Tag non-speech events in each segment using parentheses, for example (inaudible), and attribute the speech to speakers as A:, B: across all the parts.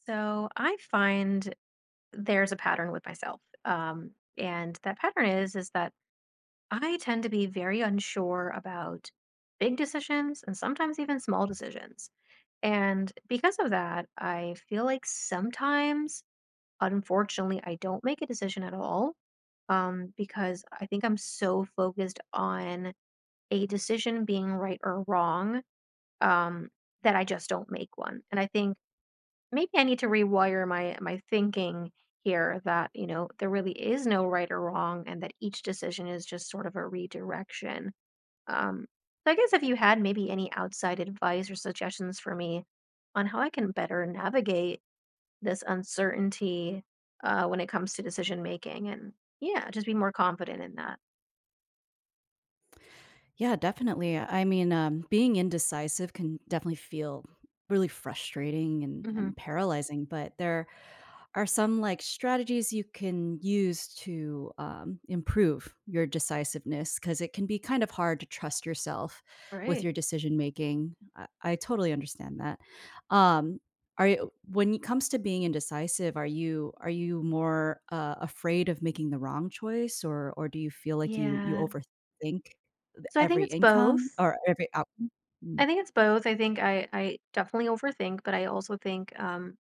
A: So I find there's a pattern with myself. And that pattern is that I tend to be very unsure about big decisions and sometimes even small decisions. And because of that, I feel like sometimes, unfortunately, I don't make a decision at all, because I think I'm so focused on a decision being right or wrong, um, that I just don't make one. And I think maybe I need to rewire my thinking here that, you know, there really is no right or wrong and that each decision is just sort of a redirection. Um, so I guess if you had maybe any outside advice or suggestions for me on how I can better navigate this uncertainty, when it comes to decision making. And yeah, just be more confident in that.
B: Yeah, definitely. Being indecisive can definitely feel really frustrating and,
A: hmm
B: and paralyzing, but there are some like strategies you can use to improve your decisiveness because it can be kind of hard to trust yourself with
A: Right.
B: your decision making. I totally understand that. Um, are you, when it comes to being indecisive, are you more afraid of making the wrong choice, or do you feel like you
A: Yeah.
B: overthink
A: So I think
B: every
A: it's
B: income
A: both.
B: or every outcome? Mm,
A: I think it's both. I think I definitely overthink, but I also think,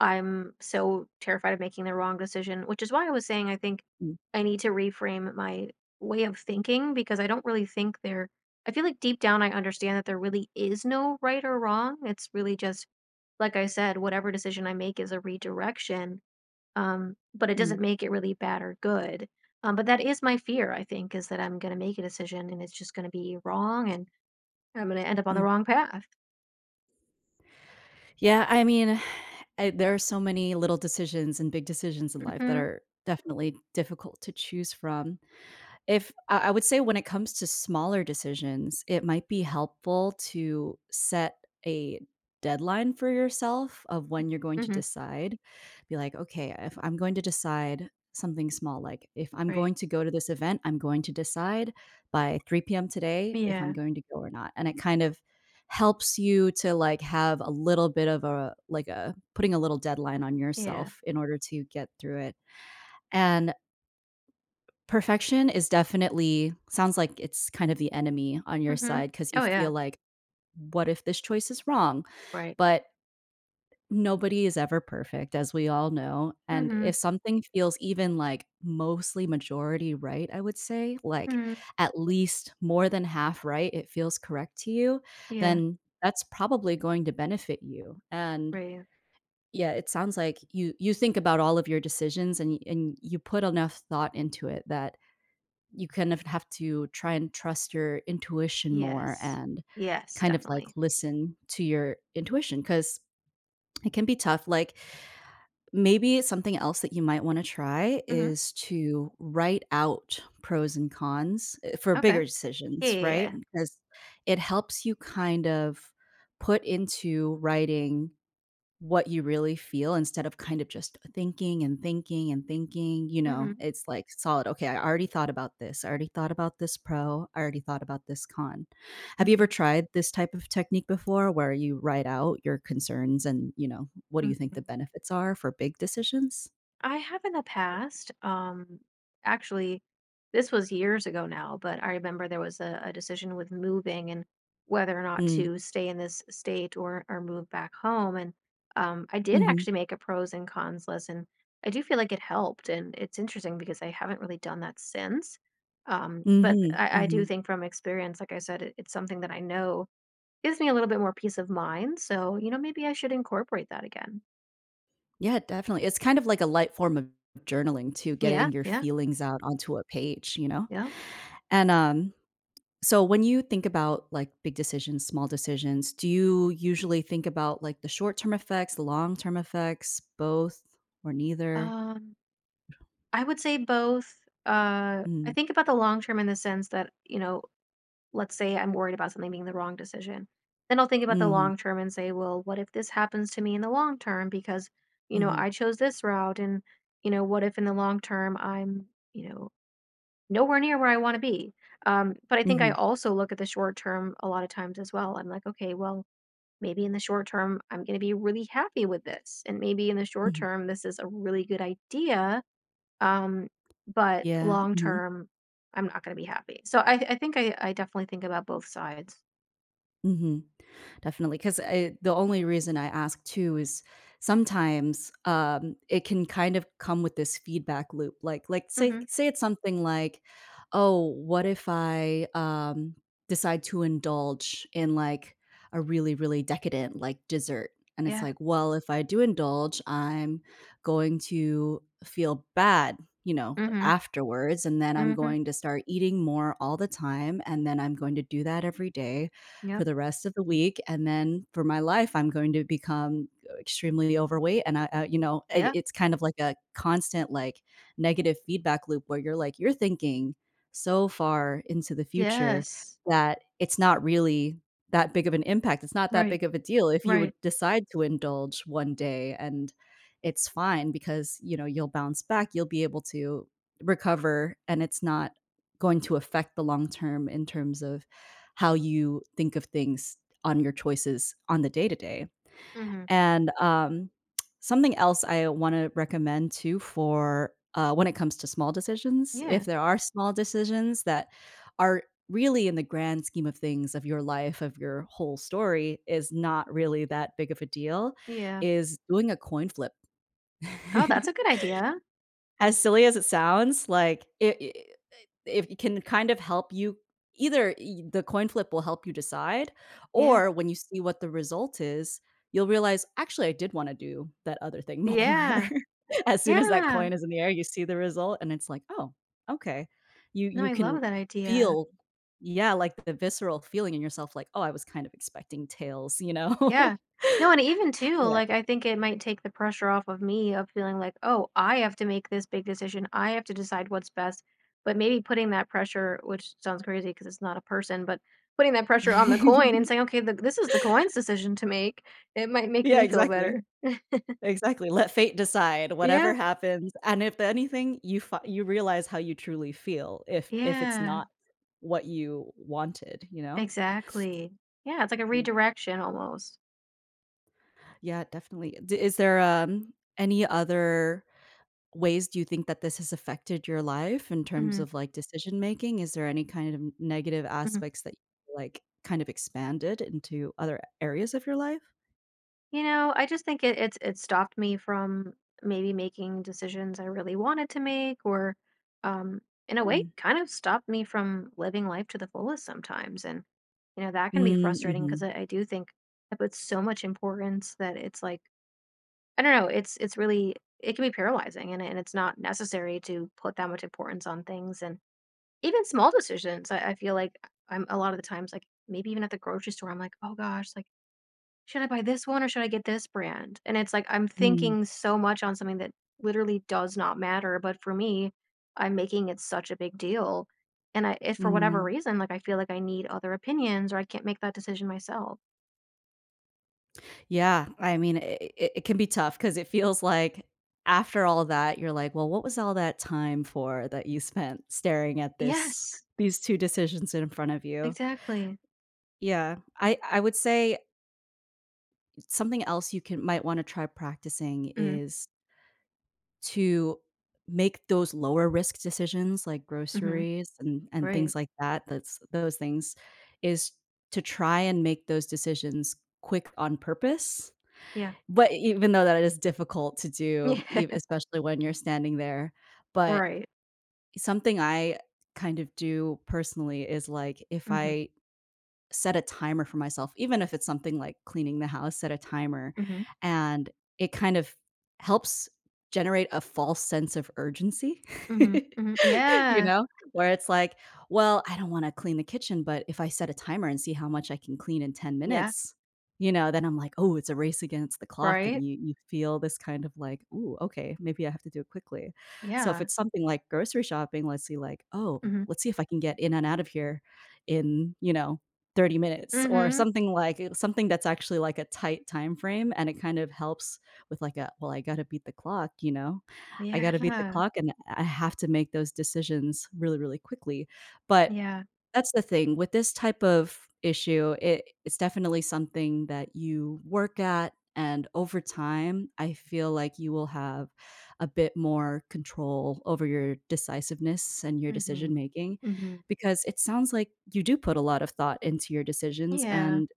A: I'm so terrified of making the wrong decision, which is why I was saying I think
B: mm,
A: I need to reframe my way of thinking, because I don't really think there— I feel like deep down I understand that there really is no right or wrong. It's really just, like I said, whatever decision I make is a redirection, but it
B: mm,
A: doesn't make it really bad or good. But that is my fear, I think, is that I'm going to make a decision and it's just going to be wrong, and I'm going to end up on the
B: mm.
A: wrong path.
B: Yeah, I mean, I there are so many little decisions and big decisions in life that
A: hmm
B: are definitely difficult to choose from. If I I would say when it comes to smaller decisions, it might be helpful to set a deadline for yourself of when you're going to
A: hmm
B: decide. Be like, "Okay, if I'm going to decide something small, like if I'm
A: Right.
B: going to go to this event, I'm going to decide by 3 PM today if I'm
A: Yeah.
B: going to go or not." And it kind of helps you to, like, have a little bit of a like, a putting a little deadline on
A: Yeah.
B: yourself in order to get through it. And perfection is definitely sounds like it's kind of the enemy on your
A: hmm
B: side because you
A: Oh, yeah.
B: feel like, "What if this choice is wrong?"
A: Right.
B: But nobody is ever perfect, as we all know, and if
A: Mhm.
B: something feels even, like, mostly majority right, I would say, like,
A: Mhm.
B: at least more than half right, it feels correct to you,
A: Yeah.
B: then that's probably going to benefit you, and
A: Right. Yeah.
B: yeah, it sounds like you think about all of your decisions and y and you put enough thought into it that you kind of have to try and trust your intuition more
A: Yes.
B: and
A: Yes,
B: kind of like
A: definitely.
B: listen to your intuition because it can be tough. Like maybe something else that you might want to try
A: Mhm.
B: is to write out pros and cons for
A: Okay.
B: bigger
A: Yeah,
B: decisions,
A: yeah,
B: right?
A: yeah.
B: Because it helps you kind of put into writing what you really feel instead of kind of just thinking and thinking and thinking, you
A: Mhm.
B: know, it's like solid, "Okay, I already thought about this. I already thought about this pro. I already thought about this con." Have you ever
A: Mhm.
B: tried this type of technique before where you write out your concerns and, you know, what do you think the
A: Mhm.
B: benefits are for big decisions?
A: I have in the past. Actually, this was years ago now, but I remember there was a decision with moving and whether or not
B: Mm,
A: to stay in this state or move back home. And I did
B: mhm,
A: actually make a pros and cons list, and I do feel like it helped. And it's interesting because I haven't really done that since. But
B: mhm,
A: I do
B: mhm.
A: think from experience, like I said, it's something that I know gives me a little bit more peace of mind. So you know, maybe I should incorporate that again.
B: Yeah, definitely. It's kind of like a light form of journaling too,
A: Yeah,
B: getting your
A: yeah,
B: feelings out onto a page, you know?
A: yeah.
B: And, um So when you think about like big decisions, small decisions, do you usually think about like the short term effects, the long term effects, both or neither?
A: Um, I would say both. I
B: Mm.
A: think about the long term in the sense that, you know, let's say I'm worried about something being the wrong decision. Then I'll think about the
B: Mhm.
A: long term and say, well, what if this happens to me in the long term? Because, you know,
B: Mhm.
A: I chose this route. And, you know, what if in the long term I'm, you know, nowhere near where I want to be? But I think I
B: Mhm.
A: also look at the short term a lot of times as well. I'm like, okay, well, maybe in the short term, I'm going to be really happy with this. And maybe in the short
B: Mhm.
A: term, this is a really good idea, um, but
B: Yeah.
A: long
B: Mhm.
A: term, I'm not gonna be happy. So I think I definitely think about both sides.
B: Mhm, definitely. Because the only reason I ask too is sometimes it can kind of come with this feedback loop. Like say
A: Mhm.
B: say it's something like, "Oh, what if I decide to indulge in like a really really decadent like dessert?" And it's
A: Yeah.
B: like, "Well, if I do indulge, I'm going to feel bad." You know,
A: Mhm.
B: afterwards, and then I'm
A: Mhm.
B: going to start eating more all the time, and then I'm going to do that every day for
A: Yep.
B: the rest of the week, and then for my life, I'm going to become extremely overweight, and I you know, it
A: Yep.
B: it's kind of like a constant, like, negative feedback loop where you're like, you're thinking so far into the future
A: Yes.
B: that it's not really that big of an impact, it's not that
A: Right.
B: big of a deal if you would
A: Right.
B: decide to indulge one day, and it's fine because, you know, you'll bounce back, you'll be able to recover, and it's not going to affect the long term in terms of how you think of things on your choices on the day to day.
A: Mhm.
B: And, um, Something else I wanna recommend too for, when it comes to small decisions,
A: Yeah.
B: if there are small decisions that are really in the grand scheme of things of your life, of your whole story, is not really that big of a deal,
A: Yeah.
B: is doing a coin flip.
A: Oh, that's
B: (laughs)
A: a good idea.
B: As silly as it sounds, like, it if it can kind of help you either y the coin flip will help you decide,
A: Yeah.
B: or when you see what the result is, you'll realize, "Actually, I did wanna do that other thing more."
A: Yeah.
B: (laughs) As soon as that
A: Yeah.
B: coin is in the air, you see the result, and it's like, "Oh, okay." You
A: No,
B: you
A: I love that
B: can
A: idea.
B: feel yeah, like, the visceral feeling in yourself, like, "Oh, I was kind of expecting tails," you know?
A: Yeah.
B: (laughs)
A: No, and even too,
B: Yeah.
A: like, I think it might take the pressure off of me of feeling like, oh, I have to make this big decision. I have to decide what's best. But maybe putting that pressure, which sounds crazy because it's not a person, but putting that pressure on the coin
B: (laughs)
A: and saying, okay, this is the coin's decision to make. It might make
B: Yeah,
A: me feel
B: exactly.
A: better.
B: Exactly, let fate decide, whatever
A: Yeah.
B: happens, and if anything, you realize how you truly feel if it's
A: Yeah.
B: not what you wanted, you know?
A: Exactly. Yeah. It's like a
B: Mm,
A: redirection almost.
B: yeah, definitely. D Is there, any other ways do you think that this has affected your life in terms
A: hmm
B: of, like, decision making? Is there any kind of negative aspects that, you like, kind of expanded into other areas of your life?
A: You know, I just think it stopped me from maybe making decisions I really wanted to make, or um in a way
B: Mm.
A: kind of stopped me from living life to the fullest sometimes. And you know, that can be
B: Mm,
A: frustrating because
B: mhm.
A: I do think I put so much importance that it's like, I don't know, it's really— it can be paralyzing, and it's not necessary to put that much importance on things and even small decisions. I feel like I'm a lot of the times like maybe even at the grocery store, I'm like, oh gosh, like, "Should I buy this one or should I get this brand?" And it's like, I'm
B: Mm,
A: thinking so much on something that literally does not matter, but for me, I'm making it such a big deal, and I— if for whatever
B: mhm.
A: reason, like, I feel like I need other opinions or I can't make that decision myself.
B: Yeah, I mean, it can be tough because it feels like after all that, you're like, "Well, what was all that time for that you spent staring at this
A: Yes,
B: these 2 decisions in front of you?"
A: exactly.
B: Yeah, I would say something else you can might wanna try practicing
A: Mhm,
B: is to make those lower risk decisions like
A: mhm,
B: groceries and
A: right.
B: things like that, that's those things, is to try and make those decisions quick on purpose.
A: Yeah.
B: But even though that is difficult to do, e
A: (laughs) Yeah,
B: especially when you're standing there, but
A: right.
B: something I kind of do personally is, like, if
A: Mhm,
B: I set a timer for myself, even if it's something like cleaning the house, set a timer.
A: mhm,
B: And it kind of helps generate a false sense of urgency,
A: mhm,
B: (laughs)
A: mhm.
B: you
A: Yeah,
B: know, where it's like, well, I don't want to clean the kitchen, but if I set a timer and see how much I can clean in 10
A: yeah,
B: minutes, you know, then I'm like, oh, it's a race against the clock.
A: right?
B: And you feel this kind of like, ooh, okay, maybe I have to do it quickly. So if
A: Yeah.
B: it's something like grocery shopping, let's see, like, oh,
A: Mhm,
B: let's see if I can get in and out of here in, you know, 30 minutes or
A: mhm.
B: something like something that's actually like a tight time frame and it kind of helps with like a, well, I gotta beat the clock, you know? I gotta beat the
A: Yeah,
B: clock and I have to make those decisions really, really quickly. But
A: yeah.
B: that's the thing, with this type of issue, it's definitely something that you work at, and over time, I feel like you will have a bit more control over your decisiveness and your
A: Mhm,
B: decision making,
A: mhm.
B: because it sounds like you do put a lot of thought into your decisions,
A: Yeah,
B: and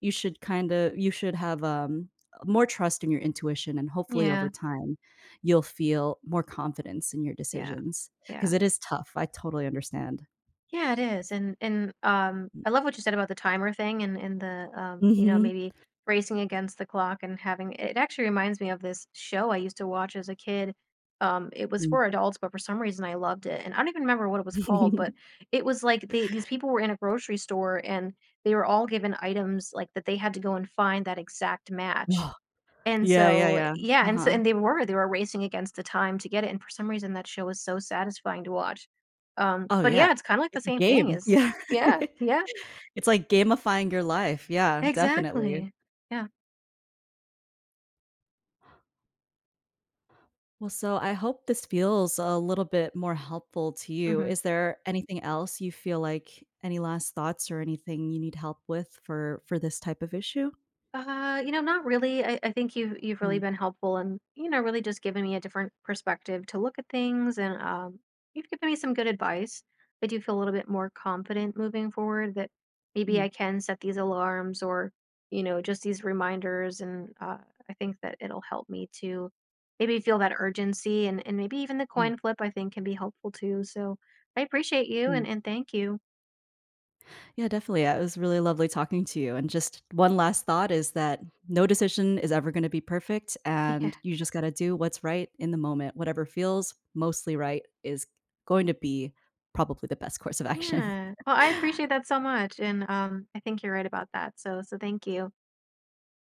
B: you should have, more trust in your intuition, and hopefully over
A: yeah.
B: time, you'll feel more confidence in your
A: Yeah.
B: decisions. Because
A: Yeah.
B: it is tough, I totally understand.
A: Yeah, it is, and, I love what you said about the timer thing and the, you know,
B: Mhm.
A: maybe racing against the clock and having it— actually reminds me of this show I used to watch as a kid. It was
B: Mm.
A: for adults, but for some reason I loved it, and I don't even remember what it was called,
B: (laughs)
A: but it was like they these people were in a grocery store and they were all given items, like, that they had to go and find that exact match,
B: Woah.
A: and
B: Yeah, yeah,
A: so
B: yeah.
A: yeah, and so
B: Uh-huh.
A: and they were racing against the time to get it, and for some reason, that show was so satisfying to watch.
B: Oh,
A: But
B: yeah.
A: yeah, it's kinda like the
B: It's a
A: same thing.
B: game.
A: Is—
B: Yeah. (laughs)
A: Yeah, yeah,
B: It's like gamifying your life. Yeah, definitely.
A: exactly. Yeah,
B: Well, so I hope this feels a little bit more helpful to you.
A: mhm.
B: Is there anything else you feel like any last thoughts or anything you need help with for this type of issue?
A: You know, not really. I think you've really
B: Mm,
A: been helpful and, you know, really just given me a different perspective to look at things, and you've given me some good advice. I do feel a little bit more confident moving forward that maybe I
B: mm,
A: can set these alarms or, you know, just these reminders, and I think that it'll help me to maybe feel that urgency, and maybe even the
B: mm,
A: coin flip I think can be helpful too. So I appreciate you,
B: mm.
A: and thank you.
B: Yeah, definitely. Yeah, it was really lovely talking to you. And just one last thought is that no decision is ever going to be perfect.
A: (laughs) Yeah.
B: And you just got to do what's right in the moment. Whatever feels mostly right is going to be probably the best course of action.
A: Yeah. Well, I
B: (laughs)
A: appreciate that so much, and, I think you're right about that, so so thank you.